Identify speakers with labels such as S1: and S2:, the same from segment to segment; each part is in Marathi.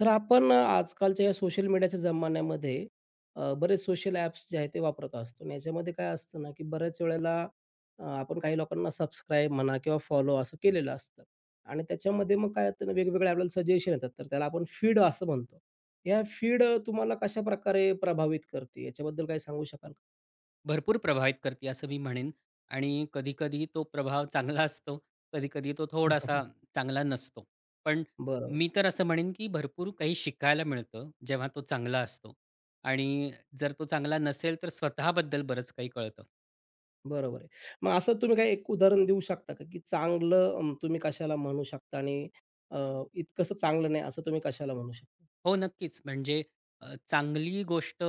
S1: तर आपण आजकालच्या या सोशल मीडियाच्या जमान्यामध्ये बरेच सोशल ॲप्स जे आहेत ते वापरत असतो आणि याच्यामध्ये काय असतं ना की बऱ्याच वेळेला आपण काही लोकांना सबस्क्राईब म्हणा किंवा फॉलो असं केलेलं असतं आणि त्याच्यामध्ये मग काय होतं ना वेगवेगळे आपल्याला सजेशन येतात तर त्याला आपण फीड असं म्हणतो. या फीड तुम्हाला कशा प्रकारे प्रभावित करते याच्याबद्दल काही सांगू शकाल का?
S2: भरपूर प्रभावित करते असं मी म्हणेन आणि कधी तो प्रभाव चांगला असतो, कधी-कधी तो थोडासा चांगला नसतो. पण
S1: बरोबर आहे,
S2: मी तर असं म्हणेन, की भरपूर काही शिकायला मिळतं जेव्हा तो चांगला असतो आणि जर तो चांगला नसेल तर स्वतःबद्दल बरंच काही कळतं.
S1: बरोबर आहे. मग असं तुम्ही काही एक उदाहरण देऊ शकता का की चांगलं तुम्ही कशाला म्हणू शकता आणि अ, इतकंसं चांगलं नाही असं तुम्ही कशाला म्हणू शकता?
S2: हो, नक्कीच. म्हणजे चांगली गोष्ट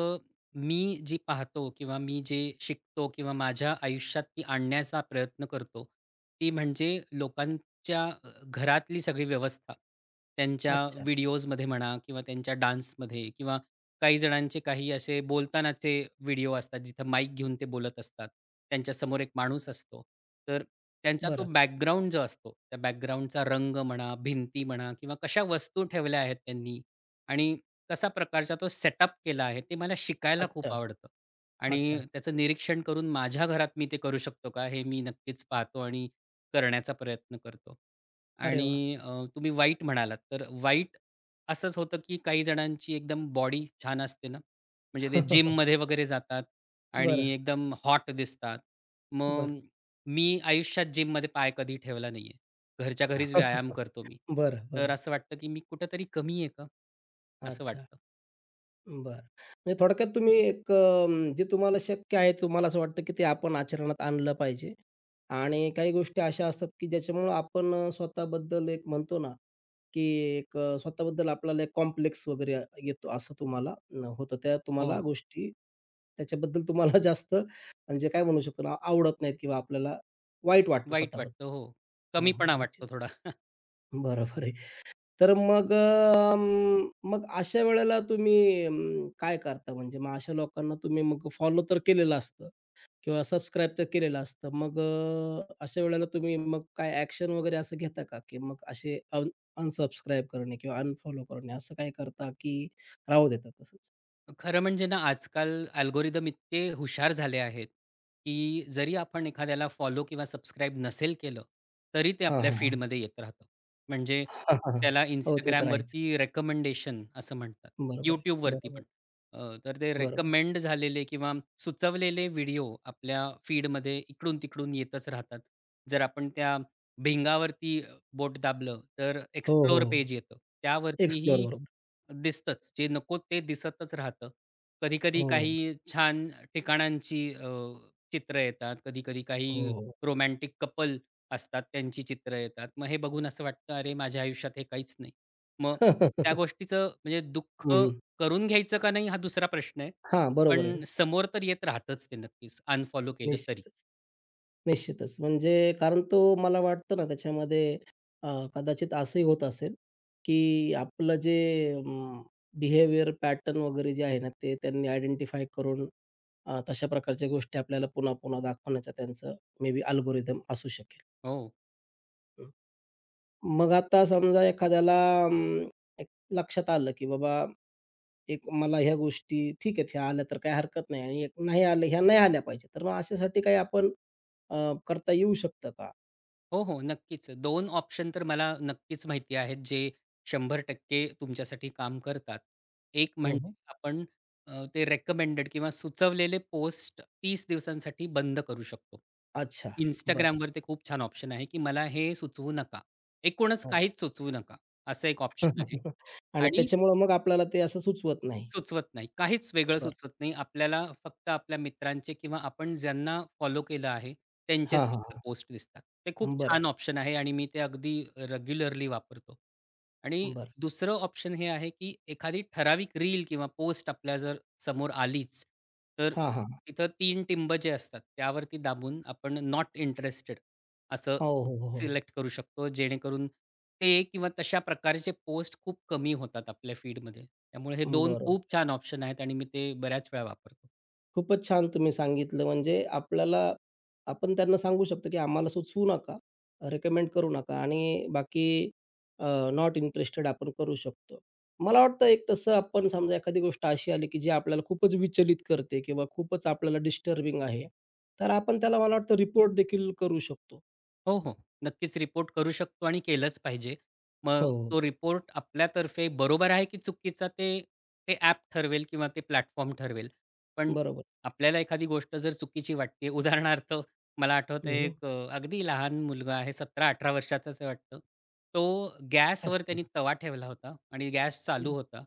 S2: मी जी पाहतो किंवा मी जे शिकतो किंवा माझ्या आयुष्यात ती आणण्याचा प्रयत्न करतो, ती म्हणजे लोकांच्या घरातली सगळी व्यवस्था. त्यांच्या
S1: अच्छा.
S2: व्हिडिओजमध्ये म्हणा किंवा त्यांच्या डान्समध्ये किंवा काही जणांचे काही असे बोलतानाचे व्हिडिओ असतात, जिथं माईक घेऊन ते बोलत असतात. त्यांच्यासमोर एक माणूस असतो. तर त्यांचा तो
S1: बरं.
S2: बॅकग्राऊंड जो असतो, त्या बॅकग्राऊंडचा रंग म्हणा, भिंती म्हणा किंवा कशा वस्तू ठेवल्या आहेत त्यांनी आणि कसा प्रकारचा तो सेटअप केला आहे, ते मला शिकायला खूप
S1: अच्छा.
S2: आवडतं.
S1: अच्छा,
S2: आणि
S1: अच्छा.
S2: त्याचं निरीक्षण करून माझ्या घरात मी ते करू शकतो का, हे मी नक्कीच पाहतो आणि करण्याचा प्रयत्न करतो.
S1: अरे वाह!
S2: आणि तुम्ही वाईट म्हणालात, तर वाईट असंच होतं, की काही जणांची एकदम बॉडी छान असते ना, म्हणजे ते जिममध्ये वगैरे जातात आणि
S1: बरं,
S2: एकदम हॉट दिसतात.
S1: बरं.
S2: मग मी आयुष्यात जिममध्ये पाय कधी ठेवला नाहीये. घरच्या घरीच व्यायाम करतो मी.
S1: बरं,
S2: तर
S1: बरं.
S2: असं वाटतं, की मी कुठेतरी कमी आहे का? असं
S1: अच्छा.
S2: वाटतं.
S1: बरं. म्हणजे थोडक्यात तुम्ही एक जे तुम्हाला शक्य आहे, तुम्हाला असं वाटतं, की ते आपण आचरणात आणलं पाहिजे आणि काही गोष्टी अशा असतात, की ज्याच्यामुळं आपण स्वतःबद्दल एक म्हणतो ना, की एक स्वतःबद्दल आपल्याला एक कॉम्प्लेक्स वगैरे येतो, असं तुम्हाला न होतं. त्या तुम्हाला
S2: हो,
S1: गोष्टी त्याच्याबद्दल तुम्हाला जास्त म्हणजे काय म्हणू शकतो ना, आवडत नाहीत किंवा आपल्याला वाईट वाटतं
S2: वाईट
S1: स्वतःबद्दल.
S2: वाटतं. हो,
S1: हो, हो.
S2: कमीपणा
S1: निश्चित.
S2: वाटतो थोडा.
S1: बरोबर आहे. तर मग मग अशा वेळेला तुम्ही काय करता? म्हणजे मग अशा लोकांना तुम्ही मग फॉलो तर केलेलं असतं किंवा सबस्क्राईब तर केलेलं असतं. मग अशा वेळेला तुम्ही मग काय ॲक्शन वगैरे असं घेता का? की मग असे अनसबस्क्राईब करणे किंवा अनफॉलो करणे असं काय करता की राहू देता तसंच?
S2: खरं म्हणजे ना, आजकाल अल्गोरिदम इतके हुशार झाले आहेत, की जरी आपण एखाद्याला फॉलो किंवा सबस्क्राईब नसेल केलं, तरी ते
S1: हां,
S2: आपल्या
S1: हां, हां.
S2: फीडमध्ये येत राहतं. म्हणजे
S1: हां, हां, हां.
S2: त्याला
S1: हो, ते तर आहेच.
S2: Instagramवरती रेकमेंडेशन असं म्हणतात.
S1: बरोबर आहे.
S2: YouTubeवरती
S1: बरोबर,
S2: पण. तर ते
S1: बरोबर.
S2: रेकमेंड झालेले किंवा सुचवलेले व्हिडिओ आपल्या फीडमध्ये इकडून-तिकडून येतच राहतात. जर आपण त्या भिंगावरती बोट दाबलं, तर
S1: हो, हो,
S2: एक्सप्लोर
S1: हो.
S2: पेज येतं. त्यावरतीही
S1: बरोबर.
S2: दिसतंच. जे नको ते दिसतच राहतं. कधी-कधी
S1: हो, हो,
S2: काही छान ठिकाणांची चित्रं येतात. कधी-कधी काही रोमॅन्टिक कपल असतात, त्यांची चित्रं येतात. मग हे बघून असं वाटतं, "अरे, माझ्या आयुष्यात हे काहीच नाही." मग त्या
S1: हो.
S2: गोष्टीचं म्हणजे दुःख करून घ्यायचं का नाही हा दुसरा प्रश्न आहे.
S1: हां, बरोबर आहे ना.
S2: पण समोर तर येत राहतंच ते नक्कीच अनफॉलो केलं तरी.
S1: निश्चितच. निश्चितच. म्हणजे कारण तो मला वाटतं ना त्याच्यामध्ये अ, कदाचित असंही होत असेल, की आपलं जे बिहेवियर पॅटर्न वगैरे जे आहे ना, ते त्यांनी आयडेंटिफाय करून तशा प्रकारच्या गोष्टी आपल्याला पुन्हा-पुन्हा दाखवण्याचा त्यांचं मे बी अल्गोरिदम असू शकेल.
S2: हो.
S1: हं. मग आता समजा एखाद्याला अं, एक लक्षात आलं, की बाबा एक मला ह्या गोष्टी ठीक आहेत, ह्या आल्या तर काही हरकत नाही आणि एक नाही आल्या, ह्या नाही आल्या पाहिजे. तर मग अशासाठी काही आपण अ, करता येऊ शकतं का?
S2: हो, हो. नक्कीच. 2 ऑप्शन तर मला नक्कीच माहिती आहेत, जे 100% तुमच्यासाठी काम करतात. एक
S1: हो,
S2: म्हणजे
S1: हो.
S2: आपण ते रिकमेंडेड किंवा सुचवलेले पोस्ट 30 दिवसांसाठी बंद करू शकतो.
S1: अच्छा. बरं.
S2: Instagramवर ते खूप छान ऑप्शन आहे, की मला हे सुचवू नका. एकूणच
S1: अच्छा.
S2: काहीच सुचवू नका, असं एक ऑप्शन आहे.
S1: आणि
S2: आणि
S1: त्याच्यामुळं मग आपल्याला ते असं सुचवत नाही.
S2: सुचवत नाही. काहीच वेगळं
S1: बरं.
S2: सुचवत नाही. आपल्याला फक्त आपल्या मित्रांचे किंवा आपण ज्यांना फॉलो केलं आहे,
S1: हां,
S2: त्यांचेच
S1: हां,
S2: फक्त
S1: हां.
S2: पोस्ट दिसतात. ते खूप
S1: बरं,
S2: छान ऑप्शन आहे आणि मी ते अगदी रेग्युलरली वापरतो. आणि
S1: बरं.
S2: दुसरं ऑप्शन हे आहे, की एखादी ठराविक रील किंवा पोस्ट आपल्या जर समोर आलीच, तर
S1: हां, हां.
S2: तिथं 3 टिंब जे असतात त्यावरती दाबून आपण नॉट इंटरेस्टेड असं
S1: हो, हो, हो, हो.
S2: सिलेक्ट करू शकतो, जेणेकरून ते किंवा तशा प्रकारचे पोस्ट खूप कमी होतात आपल्या फीडमध्ये. त्यामुळे हे दोन
S1: बरोबर
S2: खूप
S1: आहे.
S2: छान ऑप्शन आहेत आणि मी ते बऱ्याच वेळा वापरतो.
S1: खूपच छान तुम्ही सांगितलं. म्हणजे आपल्याला आपण त्यांना सांगू शकतो, की आम्हाला सुचवू नका, रिकमेंड करू नका आणि बाकी अ, नॉट इंटरेस्टेड आपण करू शकतो. मला वाटतं एक तसं आपण समजा एखादी गोष्ट अशी आली, की जी आपल्याला खूपच विचलित करते किंवा खूपच आपल्याला डिस्टर्बिंग आहे, तर आपण त्याला मला वाटतं रिपोर्ट देखील करू शकतो.
S2: हो, हो. नक्कीच रिपोर्ट करू शकतो आणि केलंच पाहिजे.
S1: हो,
S2: मग तो रिपोर्ट आपल्यातर्फे बरोबर आहे की चुकीचा ते, ते ॲप ठरवेल किंवा ते प्लॅटफॉर्म ठरवेल. पण
S1: बरोबर.
S2: आपल्याला एखादी गोष्ट जर चुकीची वाटते उदाहरणार्थ मला आठवतंय
S1: हं,
S2: एक अगदी लहान मुलगा आहे 17-18 वर्षाचाच आहे वाटतं. तो गॅसवर त्यांनी
S1: अच्छा.
S2: तवा ठेवला होता आणि गॅस चालू
S1: हं,
S2: होता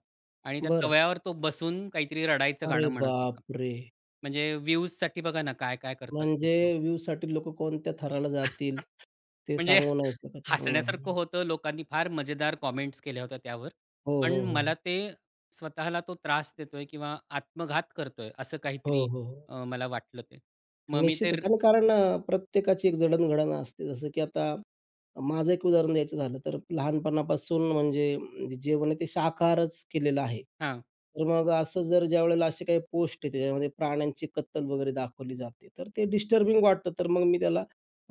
S2: आणि त्या
S1: बरं.
S2: तव्यावर तो बसून काहीतरी रडायचं
S1: अरे
S2: गाणं म्हणत होता.
S1: बापरे!
S2: म्हणजे व्ह्यूजसाठी बघा ना काय-काय करतात
S1: म्हणजे
S2: लोकं.
S1: व्ह्यूसाठी लोकं कोणत्या थराला जातील, ते
S2: म्हणजे
S1: सांगू नाही शकत. हं.
S2: हसण्यासारखं होतं. लोकांनी फार मजेदार कॉमेंट्स केल्या होत्या त्यावर.
S1: हो,
S2: पण
S1: हो, हो.
S2: मला ते स्वतःला तो त्रास देतोय किंवा आत्मघात करतोय असं
S1: हो,
S2: काहीतरी
S1: हो. हो.
S2: मला वाटलं ते. मग मी तर
S1: निश्चितच आणि कारण प्रत्येकाची एक जडण-घडण असते. जसं की आता माझं एक उदाहरण द्यायचं झालं तर लहानपणापासून म्हणजे जे जेवण आहे ते शाकाहारच केलेलं आहे.
S2: हां.
S1: तर मग असं जर ज्यावेळेला असे काही पोस्ट आहे त्याच्यामध्ये प्राण्यांची कत्तल वगैरे दाखवली जाते, तर ते डिस्टर्बिंग वाटतं. तर मग मी त्याला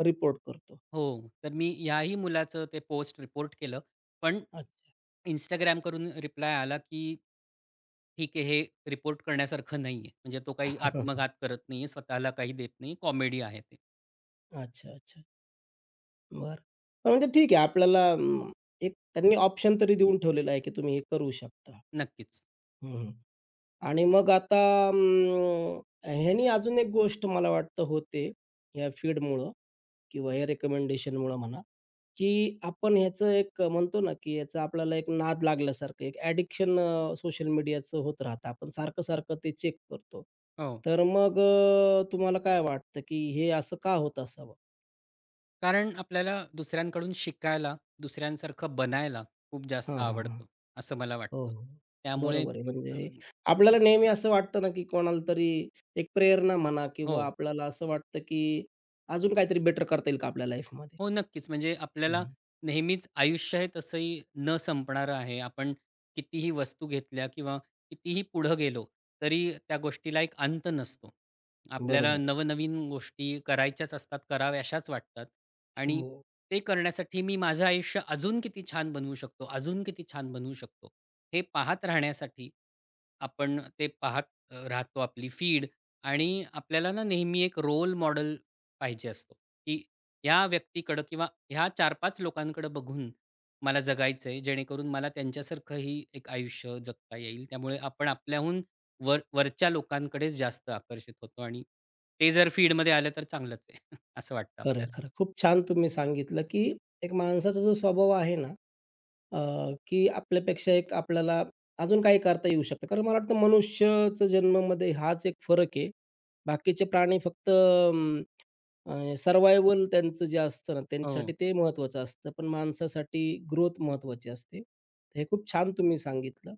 S1: रिपोर्ट करतो.
S2: हो. तर मी ह्याही मुलाचं ते पोस्ट रिपोर्ट केलं. पण
S1: अच्छा.
S2: Instagram करून रिप्लाय आला, की "ठीक आहे, हे रिपोर्ट करण्यासारखं नाहीये. म्हणजे तो काही आत्मघात करत नाहीये, स्वतःला काही देत नाही. कॉमेडी आहे ते."
S1: अच्छा, अच्छा. बरं. पण म्हणजे ठीक आहे आपल्याला एक त्यांनी ऑप्शन तरी देऊन ठेवलेलं आहे, की तुम्ही हे करू शकता.
S2: नक्कीच.
S1: हं, आणि मग आता अं, ह्यानी अजून एक गोष्ट मला वाटतं होते, या फीडमुळं किंवा या रिकमेंडेशनमुळं म्हणा, की आपण ह्याचं एक म्हणतो ना, की याचा आपल्याला एक नाद लागल्यासारखं, एक ॲडिक्शन सोशल मीडियाचं होत राहतं. आपण सारखं-सारखं ते चेक करतो.
S2: हो.
S1: तर मग तुम्हाला काय वाटतं, की हे असं का होत असावं?
S2: कारण आपल्याला दुसऱ्यांकडून शिकायला, दुसऱ्यांसारखं बनायला खूप जास्त
S1: हां, हां, हां.
S2: आवडतं, असं मला
S1: हो,
S2: वाटतं.
S1: हो.
S2: त्यामुळे
S1: बरोबर आहे. म्हणजे
S2: अं,
S1: आपल्याला नेहमी असं वाटतं ना, की कोणाला तरी एक प्रेरणा म्हणा किंवा
S2: हो.
S1: आपल्याला असं वाटतं, की अजून काहीतरी बेटर करता येईल का आपल्या लाईफमध्ये?
S2: हो, नक्कीच. म्हणजे आपल्याला
S1: हं,
S2: नेहमीच आयुष्य हे तसंही न संपणारं आहे. आपण कितीही वस्तू घेतल्या किंवा कितीही पुढं गेलो, तरी त्या गोष्टीला एक अंत नसतो. आपल्याला
S1: बरोबर आहे.
S2: नवनवीन गोष्टी करायच्याच असतात, कराव्याशाच वाटतात आणि
S1: हो,
S2: ते करण्यासाठी मी माझं आयुष्य अजून किती छान बनवू शकतो, अजून किती छान बनवू शकतो, हे पाहत राहण्यासाठी आपण ते पाहत राहतो आपली फीड आणि आपल्याला ना नेहमी एक रोल मॉडेल पाहिजे असतो, की ह्या व्यक्तीकडं किंवा ह्या 4-5 लोकांकडं बघून मला जगायचंय, जेणेकरून मला त्यांच्यासारखंही एक आयुष्य जगता येईल. त्यामुळे आपण आपल्याहून वर वरच्या लोकांकडेच जास्त आकर्षित होतो आणि ते जर फीडमध्ये आलं तर चांगलंच आहे असं वाटतं
S1: खरं आहे,
S2: आपल्याला.
S1: खरं आहे. खूप छान तुम्ही सांगितलं, की एक माणसाचा जो स्वभाव आहे ना अ, की आपल्यापेक्षा एक आपल्याला अजून काही करता येऊ शकतं. कारण मला वाटतं मनुष्याचा जन्मामध्ये हाच एक फरक आहे. बाकीचे प्राणी फक्त सर्व्हायव्हल त्यांचं जे असतं ना,
S2: हो,
S1: त्यांच्यासाठी ते महत्त्वाचं असतं. पण माणसासाठी ग्रोथ महत्त्वाची असते. तर हे खूप छान तुम्ही सांगितलं.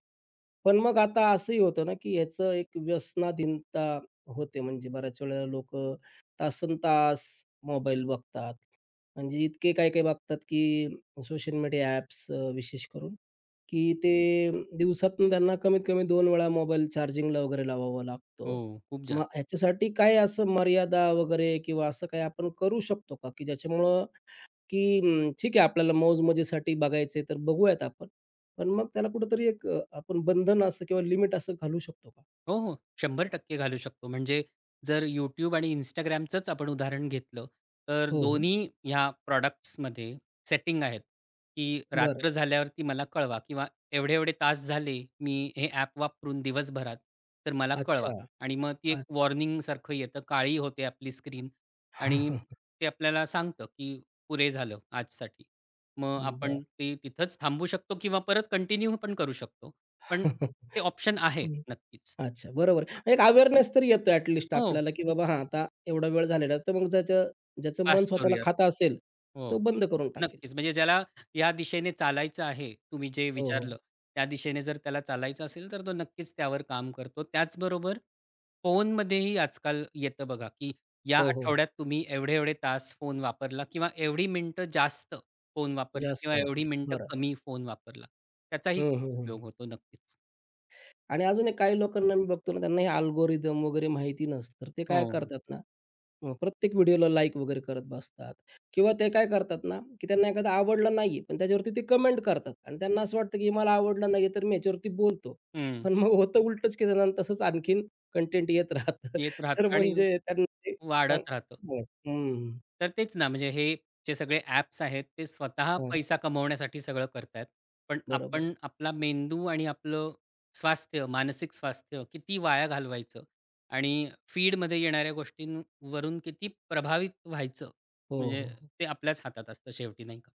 S1: पण मग आता असंही होतं ना, की याचं एक व्यसनाधीनता होते. म्हणजे बऱ्याच वेळेला लोकं तासनतास मोबाईल बघतात. म्हणजे इतके काही-काही बघतात, की सोशल मीडिया ॲप्स विशेष करून, की ते दिवसातून त्यांना कमीत कमी 2 वेळा मोबाईल चार्जिंगला वगैरे लावावा
S2: हो.
S1: लागतो.
S2: खूप
S1: मग
S2: जास्त.
S1: ह्याच्यासाठी काय असं मर्यादा वगैरे किंवा असं काही आपण करू शकतो का? की ज्याच्यामुळं की ठीक आहे आपल्याला मौज-मजेसाठी बघायचंय तर बघूयात आपण. पण मग त्याला कुठेतरी एक आपण बंधन असं किंवा लिमिट असं घालू शकतो का?
S2: हो, हो. 100% घालू शकतो. म्हणजे जर YouTube आणि Instagramचंच आपण उदाहरण घेतलं, तर
S1: हो, हो.
S2: दोन्ही ह्या प्रॉडक्ट्समध्ये सेटिंग आहेत, की
S1: बरं.
S2: रात्र झाल्यावरती मला कळवा किंवा एवढे-एवढे तास झाले मी हे ॲप वापरून दिवसभरात, तर मला कळवा.
S1: अच्छा.
S2: आणि मग ती
S1: अच्छा.
S2: एक वॉर्निंगसारखं येतं, काळी होते आपली स्क्रीन आणि ते आपल्याला सांगतं, की पुरे झालं आजसाठी. मग
S1: बरं.
S2: आपण ते तिथंच थांबवू शकतो किंवा परत कंटिन्यू पण करू शकतो. पण ते ऑप्शन आहे नक्कीच.
S1: अच्छा, बरोबर एक अवेअरनेस तर येतो ॲट
S2: हो,
S1: आपल्याला, की बाबा हां, आता एवढा वेळ झालेला. आहे. तर मग ज्याचं ज्याचं मन
S2: पास
S1: स्वतःला
S2: करूयात.
S1: खातं असेल,
S2: हो,
S1: तो बंद करून टाकेल.
S2: नक्कीच. म्हणजे ज्याला या दिशेने चालायचं आहे, तुम्ही जे
S1: हो, हो.
S2: विचारलं, त्या दिशेने जर त्याला चालायचं असेल, तर तो नक्कीच त्यावर काम करतो. त्याचबरोबर फोनमध्येही आजकाल येतं बघा, की या
S1: हो, हो.
S2: आठवड्यात तुम्ही एवढे-एवढे तास फोन वापरला किंवा एवढी मिनिटं जास्त फोन वापरला
S1: जास्त
S2: किंवा एवढी
S1: वापरलं.
S2: मिनिटं
S1: बरं.
S2: कमी फोन वापरला. त्याचाही
S1: हं,
S2: खूप
S1: हं, हं.
S2: उपयोग होतो नक्कीच.
S1: आणि अजून एक काही लोकांना मी बघतो ना, त्यांना हे अल्गोरिदम वगैरे माहिती नसतं. तर ते काय
S2: हो.
S1: करतात ना, प्रत्येक व्हिडिओला लाईक वगैरे करत बसतात किंवा ते काय करतात ना, की त्यांना एखादा आवडला नाहीये, पण त्याच्यावरती ते कमेंट करतात आणि त्यांना असं वाटतं, की मला आवडला नाहीये, तर मी ह्याच्यावरती बोलतो.
S2: हं.
S1: पण मग होतं उलटंच, की त्यांना तसंच आणखीन कंटेंट येत राहतं.
S2: येत
S1: तर
S2: राहतं आणि
S1: म्हणजे त्यांना ते सांग
S2: वाढत राहतं.
S1: बरं. हं,
S2: तर तेच ना, म्हणजे हे जे सगळे ॲप्स आहेत, ते स्वतः
S1: हां.
S2: पैसा कमवण्यासाठी सगळं करतायत. पण
S1: बरोबर आहे.
S2: आपण आपला मेंदू आणि आपलं स्वास्थ्य, मानसिक स्वास्थ्य किती वाया घालवायचं आणि फीडमध्ये येणाऱ्या गोष्टींवरून किती प्रभावित व्हायचं,
S1: हो, हो,
S2: म्हणजे
S1: हो.
S2: ते आपल्याच हातात असतं शेवटी, नाही का?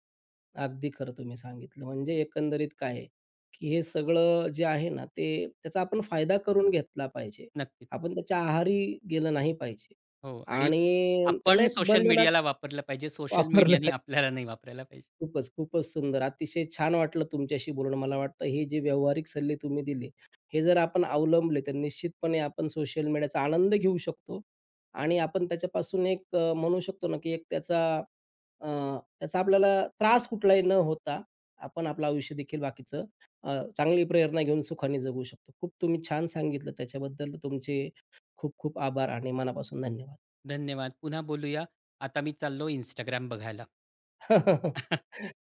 S1: अगदी खरं तुम्ही सांगितलं. म्हणजे एकंदरीत काय आहे, की हे सगळं जे आहे ना, ते त्याचा आपण फायदा करून घेतला पाहिजे.
S2: नक्कीच.
S1: आपण त्याच्या आहारी गेलं नाही पाहिजे.
S2: हो आणि
S1: आणि त्याला
S2: आपण
S1: एक
S2: सोशल
S1: बंधनात
S2: मीडियाला वापरलं पाहिजे, सोशल
S1: वापरलं
S2: मीडियाने
S1: पाहिजे.
S2: आपल्याला नाही वापरायला पाहिजे.
S1: खूपच, खूपच सुंदर. अतिशय छान वाटलं तुमच्याशी बोलून. मला वाटतं हे जे व्यावहारिक सल्ले तुम्ही दिले, हे जर आपण अवलंबले तर निश्चितपणे आपण सोशल मीडियाचा आनंद घेऊ शकतो आणि आपण त्याच्यापासून एक म्हणू शकतो ना, की एक त्याचा अ, त्याचा आपल्याला त्रास कुठलाही न होता, आपण आपलं आयुष्य देखील बाकीचं चांगली प्रेरणा घेऊन सुखाने जगू शकतो. खूप तुम्ही छान सांगितलं. त्याच्याबद्दल तुमचे खूप खूप आभार आणि मनापासून धन्यवाद.
S2: धन्यवाद. पुन्हा बोलूया. आता मी चाललो Instagram बघायला.